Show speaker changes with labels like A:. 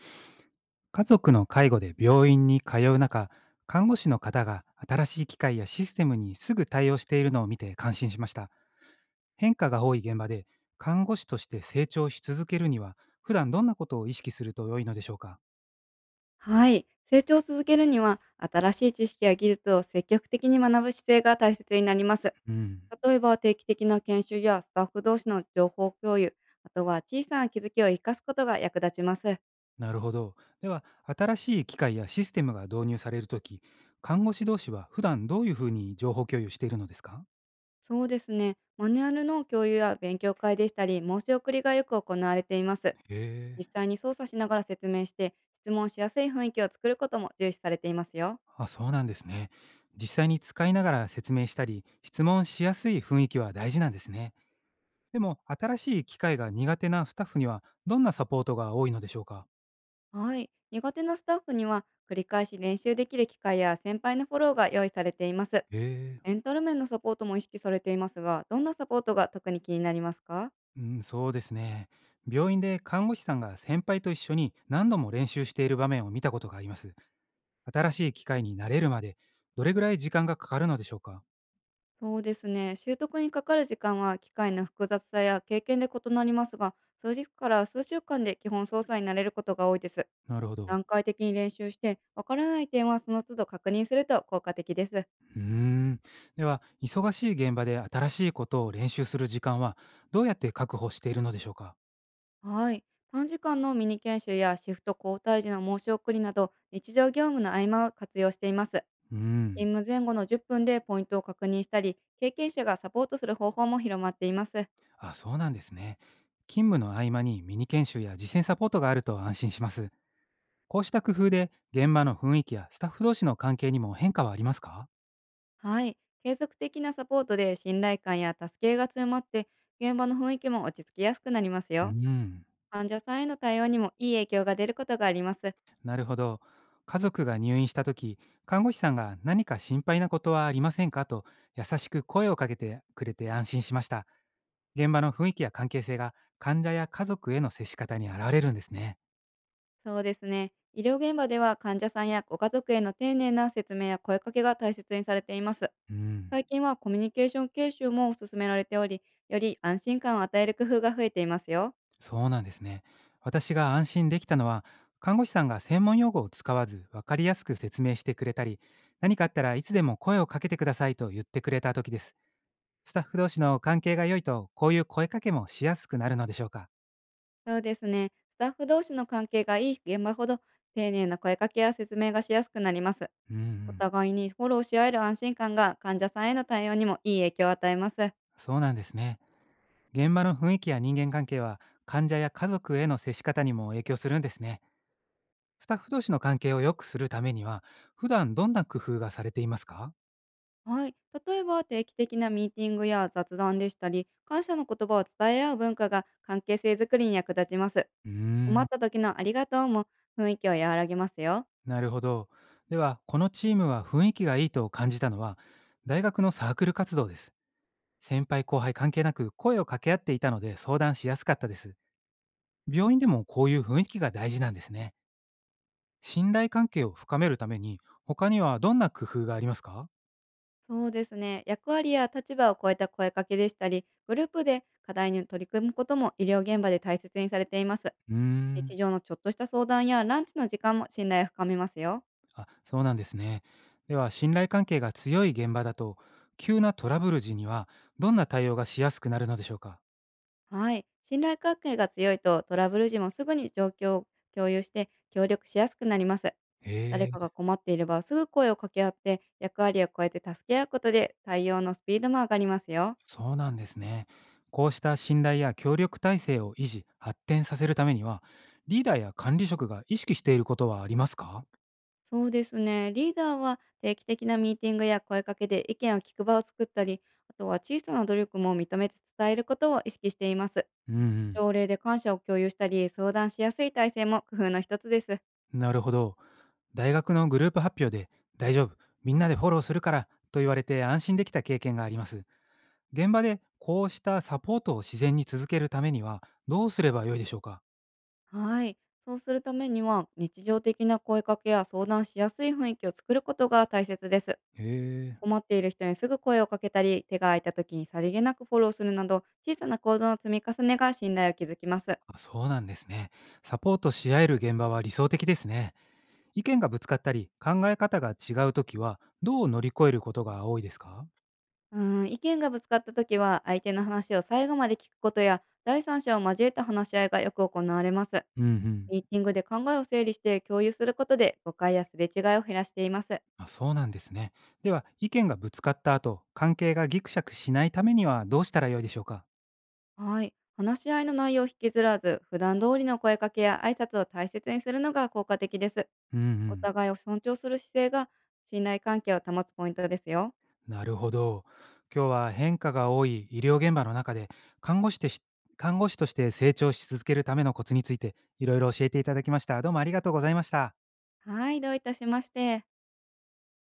A: 家族の介護で病院に通う中、看護師の方が新しい機械やシステムにすぐ対応しているのを見て感心しました。変化が多い現場で、看護師として成長し続けるには、普段どんなことを意識すると良いのでしょうか？
B: はい。成長を続けるには、新しい知識や技術を積極的に学ぶ姿勢が大切になります。
A: うん、
B: 例えば、定期的な研修やスタッフ同士の情報共有、あとは小さな気づきを生かすことが役立ちます。
A: なるほど。では、新しい機械やシステムが導入されるとき、看護師同士は普段どういうふうに情報共有しているのですか？
B: そうですね。マニュアルの共有や勉強会でしたり、申し送りがよく行われています。
A: へ
B: 実
A: え。
B: 際に操作しながら説明して、質問しやすい雰囲気を作ることも重視されていますよ。
A: あ、そうなんですね。実際に使いながら説明したり、質問しやすい雰囲気は大事なんですね。でも、新しい機械が苦手なスタッフには、どんなサポートが多いのでしょうか？
B: はい。苦手なスタッフには、繰り返し練習できる機会や先輩のフォローが用意されています。
A: え
B: メンタル面のサポートも意識されていますが、どんなサポートが特に気になりますか？
A: え、うん、そうですね。病院で看護師さんが先輩と一緒に何度も練習している場面を見たことがあります。新しい機械に慣れるまで、どれぐらい時間がかかるのでしょうか？
B: そうですね。習得にかかる時間は機械の複雑さや経験で異なりますが、数日から数週間で基本操作になれることが多いです。
A: なるほど。
B: 段階的に練習して、わからない点はその都度確認すると効果的です。
A: うーん。では、忙しい現場で新しいことを練習する時間は、どうやって確保しているのでしょうか？
B: はい。短時間のミニ研修やシフト交代時の申し送りなど、日常業務の合間を活用しています。
A: うん。
B: 勤務前後の10分でポイントを確認したり、経験者がサポートする方法も広まっています。
A: あ、そうなんですね。勤務の合間にミニ研修や実践サポートがあると安心します。こうした工夫で現場の雰囲気やスタッフ同士の関係にも変化はありますか？
B: はい。継続的なサポートで信頼感や助け合いが強まって、現場の雰囲気も落ち着きやすくなります
A: う
B: よ。
A: ん。
B: 患者さんへの対応にもいい影響が出ることがあります。
A: なるほど。家族が入院した時、看護師さんが何か心配なことはありませんかと優しく声をかけてくれて安心しました。現場の雰囲気や関係性が患者や家族への接し方に現れるんですね。
B: そうですね。医療現場では患者さんやご家族への丁寧な説明や声かけが大切にされています。
A: うん。
B: 最近はコミュニケーション研修も進められており、より安心感を与える工夫が増えていますよ。
A: そうなんですね。私が安心できたのは、看護師さんが専門用語を使わず分かりやすく説明してくれたり、何かあったらいつでも声をかけてくださいと言ってくれた時です。スタッフ同士の関係が良いと、こういう声かけもしやすくなるのでしょうか。
B: そうですね。スタッフ同士の関係がいい現場ほど、丁寧な声かけや説明がしやすくなります。
A: うんう
B: お
A: ん、
B: 互いにフォローし合える安心感が患者さんへの対応にもいい影響を与えます。
A: そうなんですね。現場の雰囲気や人間関係は、患者や家族への接し方にも影響するんですね。スタッフ同士の関係を良くするためには、普段どんな工夫がされていますか？
B: はい。例えば、定期的なミーティングや雑談でしたり、感謝の言葉を伝え合う文化が関係性づくりに役立ちます。
A: うー
B: 困
A: ん、
B: った時のありがとうも雰囲気を和らげますよ。
A: なるほど。では、このチームは雰囲気がいいと感じたのは、大学のサークル活動です。先輩後輩関係なく声を掛け合っていたので相談しやすかったです。病院でもこういう雰囲気が大事なんですね。信頼関係を深めるために、他にはどんな工夫がありますか？
B: そうですね。役割や立場を超えた声かけでしたり、グループで課題に取り組むことも医療現場で大切にされています。
A: うー
B: 日
A: ん。
B: 常のちょっとした相談やランチの時間も信頼を深めますよ。
A: あ、そうなんですね。では、信頼関係が強い現場だと、急なトラブル時にはどんな対応がしやすくなるのでしょうか？
B: はい。信頼関係が強いと、トラブル時もすぐに状況を共有して協力しやすくなります。誰
A: へ
B: かが
A: え。
B: 困っていればすぐ声を掛け合って、役割を超えて助け合うことで対応のスピードも上がりますよ。
A: そうなんですね。こうした信頼や協力体制を維持、発展させるためには、リーダーや管理職が意識していることはありますか？
B: そうですね。リーダーは定期的なミーティングや声かけで意見を聞く場を作ったり、あとは小さな努力も認めて伝えることを意識しています。
A: うん
B: 朝礼で感謝を共有したり、相談しやすい体制も工夫の一つです。
A: うん。なるほど。大学のグループ発表で、大丈夫、みんなでフォローするからと言われて安心できた経験があります。現場でこうしたサポートを自然に続けるためには、どうすればよいでしょうか？
B: はい。そうするためには、日常的な声かけや相談しやすい雰囲気を作ることが大切です。
A: へえ。
B: 困っている人にすぐ声をかけたり、手が空いた時にさりげなくフォローするなど、小さな行動の積み重ねが信頼を築きます。
A: あ、そうなんですね。サポートし合える現場は理想的ですね。意見がぶつかったり、考え方が違うときは、どう乗り越えることが多いですか？
B: うん、意見がぶつかった時は、相手の話を最後まで聞くことや、第三者を交えた話し合いがよく行われます。
A: うんうん。
B: ミーティングで考えを整理して共有することで、誤解やすれ違いを減らしています。
A: あ、そうなんですね。では、意見がぶつかった後、関係がギクシャクしないためにはどうしたらよいでしょうか？
B: はい。話し合いの内容を引きずらず、普段通りの声かけや挨拶を大切にするのが効果的です。
A: うんう
B: お
A: ん。
B: 互いを尊重する姿勢が信頼関係を保つポイントですよ。
A: なるほど。今日は変化が多い医療現場の中で看護師てし看護師として成長し続けるためのコツについていろいろ教えていただきました。どうもありがとうございました。
B: はい、どういたしまして。